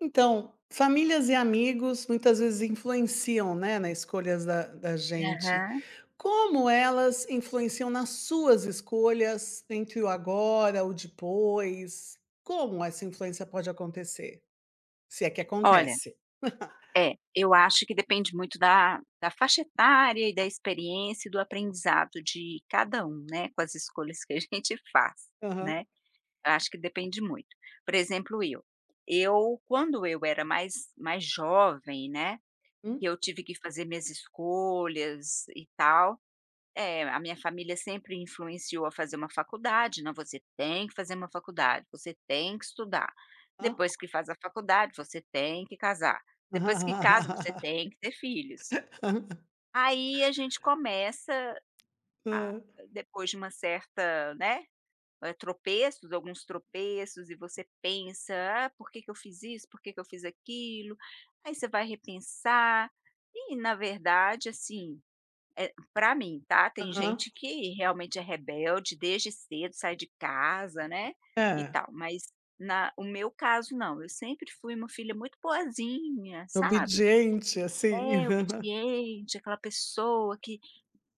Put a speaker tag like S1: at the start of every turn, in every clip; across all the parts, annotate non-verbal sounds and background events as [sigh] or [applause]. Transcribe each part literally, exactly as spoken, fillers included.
S1: Então, famílias e amigos muitas vezes influenciam, né, nas escolhas da da gente.
S2: Aham.
S1: Como elas influenciam nas suas escolhas entre o agora, o depois? Como essa influência pode acontecer? Se é que
S2: Olha,
S1: acontece.
S2: é, eu acho que depende muito da da faixa etária e da experiência e do aprendizado de cada um, né, com as escolhas que a [laughs] gente faz,
S1: Aham.
S2: né. Eu acho que depende muito. Por exemplo, eu. Eu, quando eu era mais mais jovem, né,
S1: Hum?
S2: que eu tive que fazer minhas escolhas e tal, é, a minha família sempre influenciou a fazer uma faculdade, não, você tem que fazer uma faculdade, você tem que estudar.
S1: Hã?
S2: Depois que faz a faculdade, você tem que casar. Depois que casa, você tem que ter filhos. Aí a gente começa a
S1: [laughs]
S2: depois de uma certa, né, eh, tropeços, alguns tropeços e você pensa: "Ah, por que que eu fiz isso? Por que que eu fiz aquilo?". Aí você vai repensar e, na verdade, assim, eh, pra mim, tá, tem
S1: Aham.
S2: gente que realmente é rebelde desde cedo, sai de casa, né, e
S1: É,
S2: tal, mas na o meu caso não, eu sempre fui uma filha muito boazinha, sabe.
S1: obediente, assim. [laughs]
S2: É, obediente, aquela pessoa que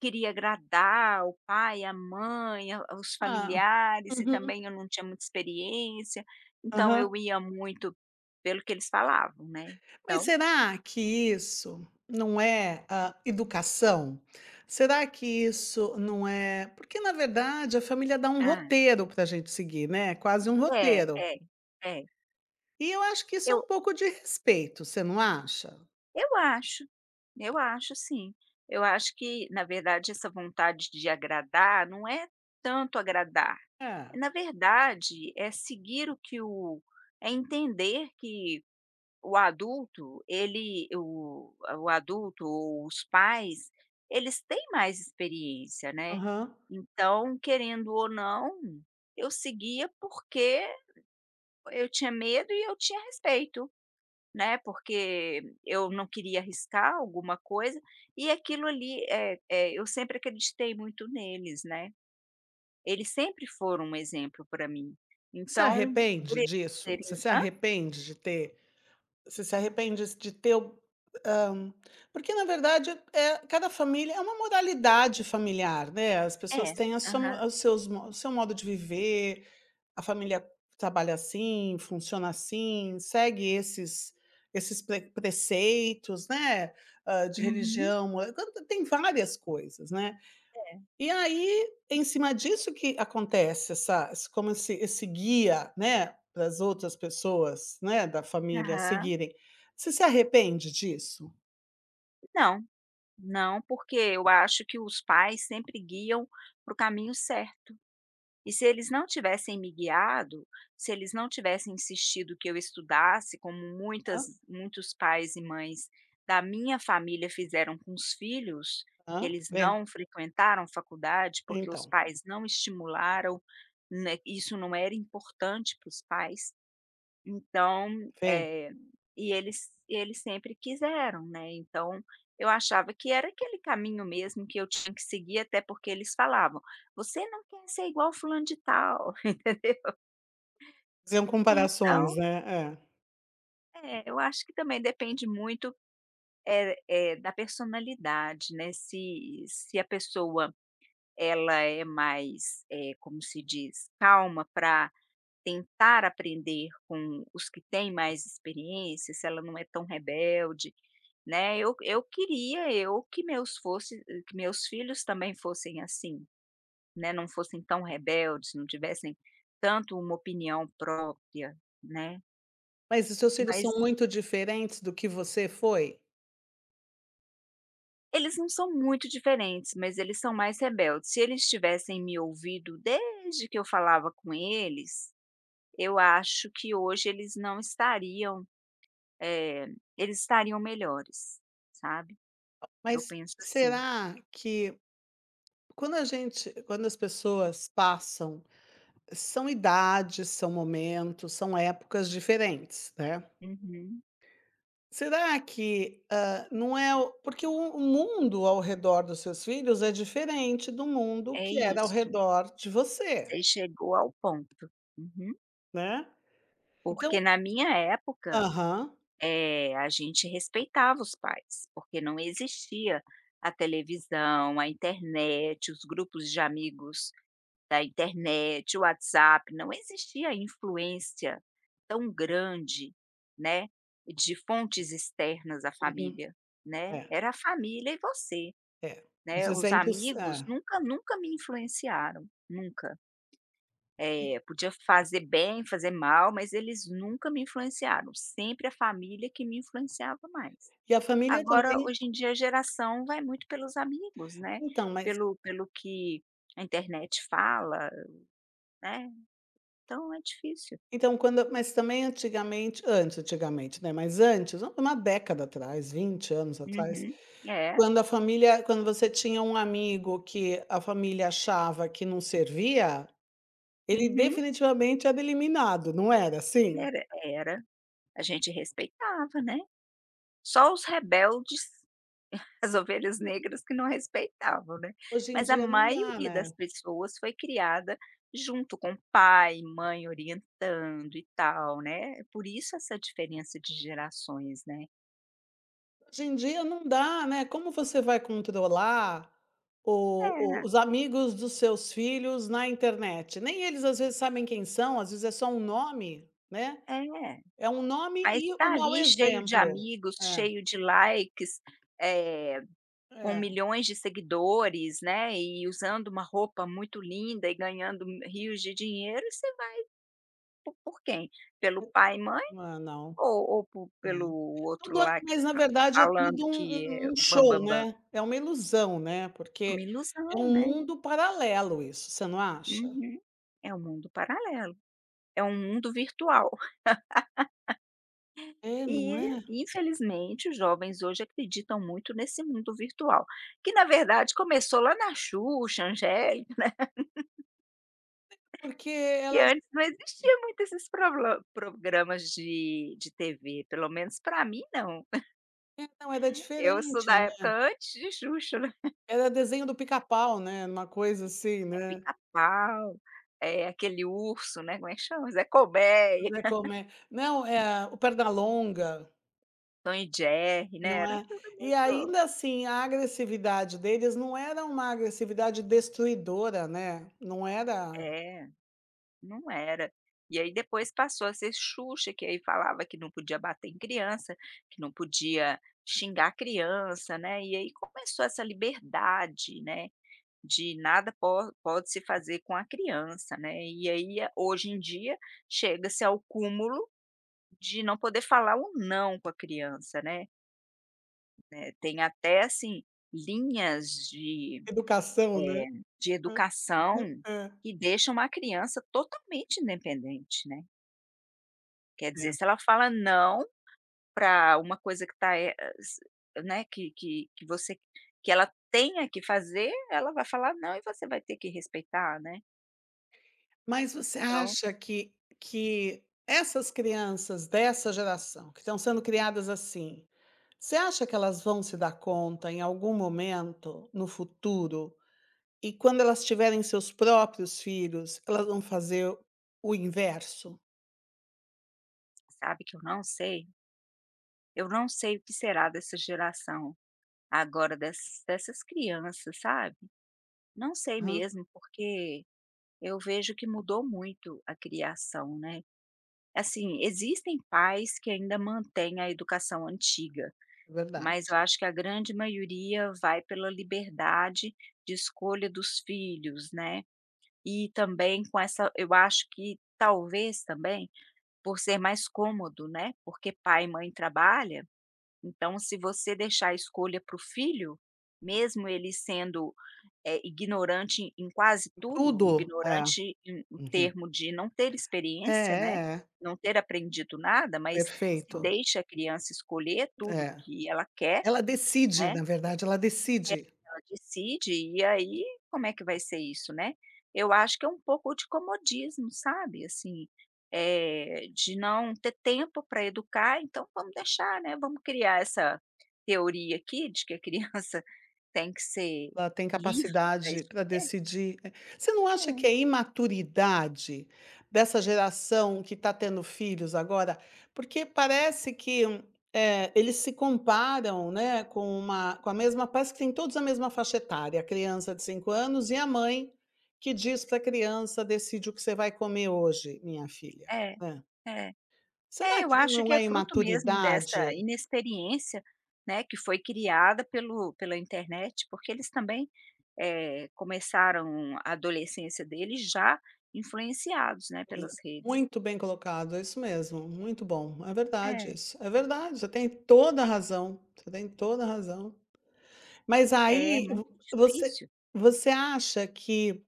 S2: queria agradar o pai, a mãe, a os
S1: Ah.
S2: familiares e
S1: Uhum.
S2: também eu não tinha muita experiência, então
S1: Aham.
S2: eu ia muito pelo que eles falavam, né.
S1: Mas
S2: Então
S1: será que isso não é, ah, educação? Será que isso não é porque na verdade a família dá um
S2: ah,
S1: roteiro para a gente seguir, né, quase um
S2: é,
S1: roteiro.
S2: é, é.
S1: E eu acho que isso é
S2: Eu
S1: um pouco de respeito, você não acha?
S2: Eu acho, eu acho sim. Eu acho que, na verdade, essa vontade de agradar não é tanto agradar,
S1: É,
S2: é, na verdade, é seguir o que o é entender que o adulto, ele o o adulto ou os pais, eles têm mais experiência, né.
S1: aham.
S2: Então, querendo ou não, eu seguia porque eu tinha medo e eu tinha respeito. Né, porque eu não queria arriscar alguma coisa, e aquilo ali, é eh, eu sempre acreditei muito neles, né. Eles sempre foram um exemplo para mim.
S1: Você se
S2: Então, por
S1: arrepende
S2: eles
S1: disso?
S2: serem
S1: Você se
S2: hã?
S1: arrepende de ter você se arrepende de ter o hã, Porque na verdade, é cada família é uma moralidade familiar, né, as pessoas
S2: É.
S1: têm a sua
S2: Aham.
S1: mo- os seus mo- o seu modo de viver. A família trabalha assim, funciona assim, segue esses esses pre preceitos, né, hã, de
S2: Uhum.
S1: religião, eh, tem várias coisas, né. E aí, em cima disso que acontece essa esse- como esse esse guia, né, para as outras pessoas, né, da família
S2: Aham.
S1: seguirem. Você se arrepende disso?
S2: Não, não, porque eu acho que os pais sempre guiam para o caminho certo. E se eles não tivessem me guiado, se eles não tivessem insistido que eu estudasse, como
S1: Hã?
S2: muitas muitos pais e mães da minha família fizeram com os filhos,
S1: Hã?
S2: que eles
S1: Vê?
S2: não frequentaram faculdade, porque os
S1: Então,
S2: pais não estimularam, né, isso não era importante para os pais. Então,
S1: vê?
S2: eh, e eles e eles sempre quiseram, né, então eu achava que era aquele caminho mesmo que eu tinha que seguir, até porque eles falavam: "Você não quer ser igual fulano de tal". [laughs]
S1: Faziam comparações,
S2: Então,
S1: né. É.
S2: é, eu acho que também depende muito, é eh, da personalidade, né, se se a pessoa ela é mais, eh, como se diz, calma para tentar aprender com os que têm mais experiência, se ela não é tão rebelde, né. Eu eu queria eu que meus fosse que meus filhos também fossem assim, né, não fossem tão rebeldes, não tivessem tanto uma opinião própria, né.
S1: Mas os seus filhos
S2: Mas
S1: são muito diferentes do que você foi?
S2: eles não são muito diferentes, mas eles são mais rebeldes. Se eles tivessem me ouvido desde que eu falava com eles, eu acho que hoje eles não estariam Eh, eles estariam melhores, sabe, eu
S1: Mas
S2: penso assim.
S1: será que quando a gente quando as pessoas passam, são idades, são momentos, são épocas diferentes, né.
S2: Uhum.
S1: Será que, hã, não é o porque o o mundo ao redor dos seus filhos é diferente do mundo
S2: É
S1: que era ao
S2: isso,
S1: redor de você,
S2: você chegou ao ponto. Uhum.
S1: né.
S2: Porque
S1: Então
S2: na minha época,
S1: aham,
S2: eh, a gente respeitava os pais, porque não existia a televisão, a internet, os grupos de amigos da internet, o WhatsApp, não existia a influência tão grande, né, de fontes externas à
S1: uhum,
S2: família, né,
S1: é,
S2: era a família e você.
S1: é. Os
S2: Né, os
S1: exemplos
S2: amigos
S1: é.
S2: nunca nunca me influenciaram, nunca.
S1: E
S2: Eh, podia fazer bem, fazer mal, mas eles nunca me influenciaram, sempre a família que me influenciava mais.
S1: e a família
S2: Agora,
S1: também,
S2: hoje em dia, a geração vai muito pelos amigos, né,
S1: então, mas...
S2: pelo pelo que a internet fala, né, então é difícil.
S1: Então, quando mas também antigamente antes antigamente, né, mas antes, uma década atrás, vinte anos atrás,
S2: Uhum. É,
S1: quando a família quando você tinha um amigo que a família achava que não servia, ele
S2: uhum.
S1: definitivamente era eliminado, não era assim?
S2: Era era. A gente respeitava, né. Só os rebeldes, as ovelhas negras que não respeitavam, né.
S1: Hoje em
S2: Mas a
S1: dia não dá,
S2: maioria das
S1: né.
S2: pessoas foi criada junto com pai, mãe orientando e tal, né. É. Por isso essa diferença de gerações, né.
S1: Hoje em dia não dá, né, como você vai controlar o o os amigos dos seus filhos na internet? Nem eles às vezes sabem quem são, às vezes é só um nome, né.
S2: É, é.
S1: É um nome
S2: Mas
S1: e
S2: tá
S1: um mau
S2: ali cheio de
S1: exemplo.
S2: amigos,
S1: É,
S2: cheio de likes, eh, com
S1: é,
S2: milhões de seguidores, né, e usando uma roupa muito linda e ganhando m- rios de dinheiro, você vai por por quem? Pelo pai e mãe?
S1: não é não,
S2: Ou ou po
S1: é.
S2: pelo outro
S1: Tudo é
S2: lá que
S1: Mas, na
S2: tá
S1: verdade, é
S2: falando
S1: tudo
S2: que é
S1: um um um
S2: o bam bam
S1: show,
S2: bam.
S1: né, é uma ilusão, né,
S2: É uma
S1: porque é
S2: ilusão,
S1: um
S2: né.
S1: mundo paralelo isso, você não acha?
S2: Uhum. É um mundo paralelo, é um mundo virtual.
S1: É, não
S2: E,
S1: é?
S2: infelizmente, os jovens hoje acreditam muito nesse mundo virtual, que na verdade começou lá na Xuxa, Angélica, [laughs]
S1: Porque
S2: e
S1: elas
S2: antes não existia muito esses prolo programas de de T V, pelo menos para mim não.
S1: É, não, era
S2: Eu sou
S1: diferente,
S2: da
S1: né,
S2: época antes de Xuxa. Né?
S1: era desenho do pica-pau, né, uma coisa assim,
S2: É
S1: né,
S2: Pica-Pau, é aquele urso, né, como é que chama? Zé
S1: não
S2: Colmeia,
S1: sei como é. Não, é o Pernalonga.
S2: Tom e Jerry, né,
S1: Não
S2: era
S1: é?
S2: tudo
S1: E
S2: muito
S1: ainda assim, a agressividade deles não era uma agressividade destruidora, né, não era
S2: é, não era. E aí depois passou a ser Xuxa, que aí falava que não podia bater em criança, que não podia xingar criança, né, e aí começou essa liberdade, né, de nada po pode se fazer com a criança, né, e aí a hoje em dia chega-se ao cúmulo de não poder falar o "não" com a criança, né. É, tem até, assim, linhas de,
S1: educação,
S2: eh,
S1: né.
S2: de educação
S1: É, é.
S2: que deixam a criança totalmente independente, né. Quer dizer,
S1: É.
S2: se ela fala "não" para uma coisa que tá, eh, s né, que que que você que ela tenha que fazer, ela vai falar "não" e você vai ter que respeitar, né.
S1: Mas você
S2: Então,
S1: acha que que essas crianças dessa geração, que estão sendo criadas assim, você acha que elas vão se dar conta em algum momento no futuro, e quando elas tiverem seus próprios filhos, elas vão fazer o inverso?
S2: sabe que eu não sei, eu não sei o que será dessa geração agora, dess dessas crianças, sabe. Não sei
S1: Aham,
S2: mesmo, porque eu vejo que mudou muito a criação, né. Assim, existem pais que ainda mantêm a educação antiga,
S1: é verdade.
S2: mas eu acho que a grande maioria vai pela liberdade de escolha dos filhos, né, e também com essa eu acho que talvez também por ser mais cômodo, né, porque pai e mãe trabalha, então se você deixar a escolha para o filho, mesmo ele sendo é ignorante em em quase tudo,
S1: Tudo. É.
S2: ignorante em em
S1: Uhum.
S2: termo de não ter
S1: É,
S2: experiência, né,
S1: é, é.
S2: não ter aprendido nada, mas se
S1: Perfeito.
S2: deixa a criança escolher tudo
S1: É.
S2: que ela quer,
S1: Ela decide,
S2: né,
S1: na verdade, ela decide.
S2: ela decide e aí como é que vai ser isso, né. Eu acho que é um pouco de comodismo, sabe, assim, eh, de não ter tempo para educar, então vamos deixar, né, vamos criar essa teoria aqui de que a criança [laughs] tem que ser
S1: Ela tem
S2: livre para
S1: capacidade para
S2: escolher.
S1: decidir. Eh, você não acha que é imaturidade dessa geração que está tendo filhos agora? Porque parece que, eh, eles se comparam, né, com uma com a mesma, parece que tem todos a mesma faixa etária, a criança de cinco anos e a mãe que diz para a criança: "Decide o que você vai comer hoje, minha filha",
S2: É,
S1: né.
S2: é. É,
S1: Será
S2: eu
S1: que
S2: acho que
S1: não
S2: é
S1: é
S2: fruto mesmo dessa
S1: imaturidade?
S2: inexperiência, né, que foi criada pelo pela internet, porque eles também, eh, começaram a adolescência deles já influenciados, né, pelas redes.
S1: Muito bem colocado, é isso mesmo, muito bom. É verdade
S2: É,
S1: isso, é verdade, você tem toda a razão, você tem toda a razão. Mas
S2: é
S1: aí
S2: muito
S1: vo você
S2: difícil.
S1: você acha que,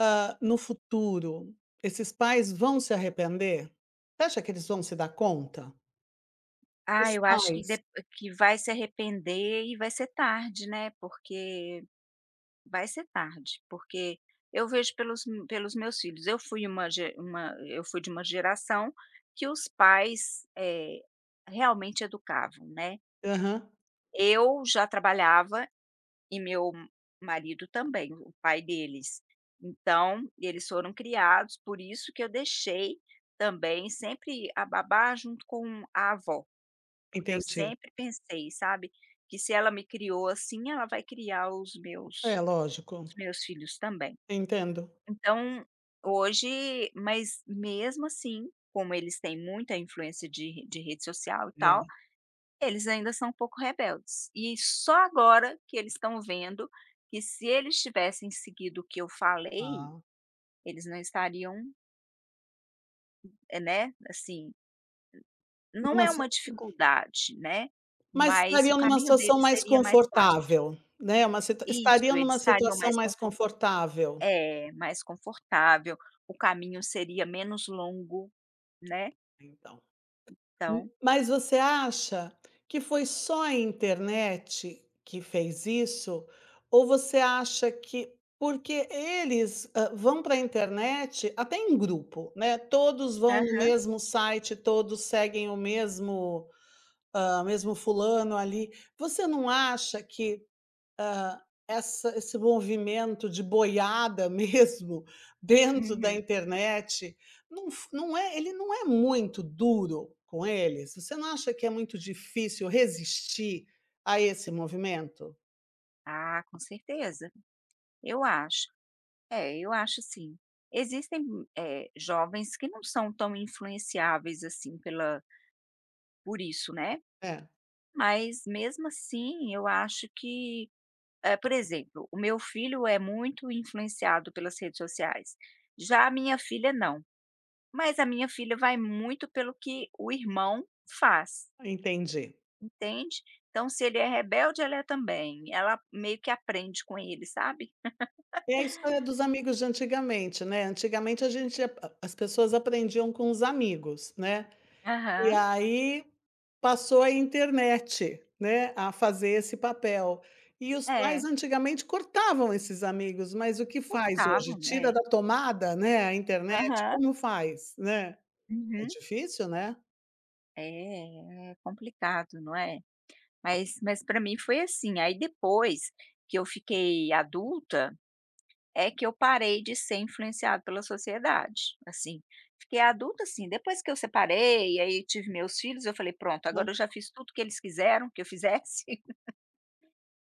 S1: hã, no futuro, esses pais vão se arrepender? Você acha que eles vão se dar conta? Os
S2: Ah, eu acho que
S1: pais.
S2: dep que vai se arrepender e vai ser tarde, né, porque vai ser tarde, porque eu vejo pelos m pelos meus filhos, eu fui uma ge uma eu fui de uma geração que os pais, eh, realmente educavam, né.
S1: Aham,
S2: Eu já trabalhava e meu m- marido também, o pai deles. Então, eles foram criados, por isso que eu deixei também sempre a babá junto com a avó, porque eu
S1: entendi.
S2: sempre pensei, sabe, que se ela me criou assim, ela vai criar os meus
S1: É, lógico,
S2: os meus filhos também.
S1: entendo.
S2: Então, hoje mas mesmo assim, como eles têm muita influência de de rede social e tal,
S1: É,
S2: eles ainda são um pouco rebeldes. E só agora que eles estão vendo que se eles tivessem seguido o que eu falei,
S1: ah,
S2: eles não estariam, eh, né, assim, não
S1: numa
S2: é
S1: si
S2: uma dificuldade, né,
S1: mas
S2: mas o
S1: estariam numa
S2: caminho
S1: situação
S2: deles
S1: mais
S2: seria mais fácil.
S1: confortável, né, uma situa
S2: Isso,
S1: estariam
S2: eles
S1: numa
S2: estariam
S1: situação
S2: mais
S1: mais
S2: confort
S1: confortável,
S2: é, mais confortável, o caminho seria menos longo, né,
S1: então. M
S2: então
S1: mas você acha que foi só a internet que fez isso, ou você acha que porque eles, hã, vão pra internet até em grupo, né, todos vão no
S2: aham.
S1: mesmo site, todos seguem o mesmo, hã, mesmo fulano ali. Você não acha que... Hã, essa esse movimento de boiada mesmo [laughs] dentro da
S2: Uhum.
S1: internet, não f não é ele não é muito duro com eles? Você não acha que é muito difícil resistir a esse movimento?
S2: Ah, com certeza. Eu acho. É, eu acho sim. Existem, eh, jovens que não são tão influenciáveis assim pela por isso, né.
S1: É,
S2: Mas mesmo assim eu acho que, é por exemplo, o meu filho é muito influenciado pelas redes sociais, já a minha filha não. Mas a minha filha vai muito pelo que o irmão faz,
S1: entendi.
S2: entende. Então se ele é rebelde, ela é também. Ela meio que aprende com ele, sabe.
S1: É a história dos amigos de antigamente, né, antigamente a gente as pessoas aprendiam com os amigos, né, e
S2: Aham.
S1: aí passou a internet, né, a fazer esse papel. E os pais
S2: É.
S1: antigamente cortavam esses amigos, mas o que faz hoje?
S2: Cortavam,
S1: Tira
S2: né?
S1: da tomada, né, a internet,
S2: Aham.
S1: como faz, né? É
S2: Uhum.
S1: difícil, né?
S2: É, é complicado, não é. Mas mas para mim foi assim, aí depois que eu fiquei adulta, é que eu parei de ser influenciada pela sociedade, assim. Fiquei adulta, assim, depois que eu separei, aí tive meus filhos, eu falei: "Pronto,
S1: Aham,
S2: agora eu já fiz tudo que eles quiseram que eu fizesse, [laughs]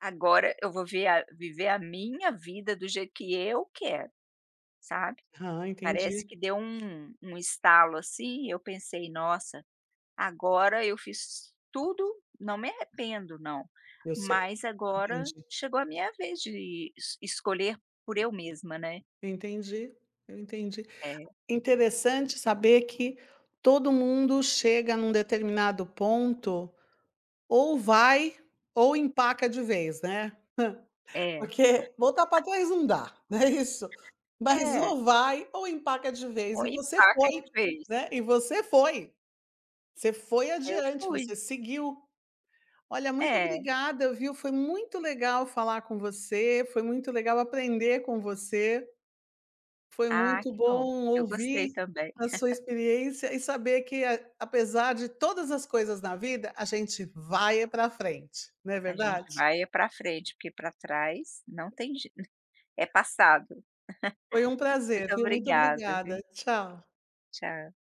S2: agora eu vou ver a viver a minha vida do jeito que eu quero", sabe.
S1: aham,
S2: Parece
S1: entendi.
S2: que deu um um estalo assim, eu pensei: "Nossa". Agora eu fiz tudo, não me arrependo não,
S1: Eu sei,
S2: mas agora
S1: entendi.
S2: chegou a minha vez de es escolher por eu mesma, né.
S1: Eu entendi, eu entendi.
S2: É,
S1: Interessante saber que todo mundo chega num determinado ponto, ou vai ou empaca de vez, né?
S2: é,
S1: Porque voltar para trás não dá, [laughs] não é isso? Mas
S2: é,
S1: ou vai ou empaca de vez
S2: ou
S1: e você
S2: empaca de
S1: foi,
S2: vez.
S1: né, e você foi, você foi
S2: Eu
S1: adiante,
S2: fui.
S1: você seguiu. Olha, muito
S2: É.
S1: obrigada, viu, foi muito legal falar com você, foi muito legal aprender com você, foi
S2: Ah,
S1: muito
S2: que bom,
S1: bom
S2: eu gostei
S1: ouvir
S2: também.
S1: a sua experiência e saber que a apesar de todas as coisas na vida, a gente vai para frente, não é
S2: A gente
S1: verdade?
S2: vai é para frente, porque para trás não tem jei [laughs] é passado.
S1: Foi um prazer,
S2: Muito
S1: viu, muito
S2: obrigada,
S1: obrigada.
S2: viu.
S1: Tchau.
S2: Tchau.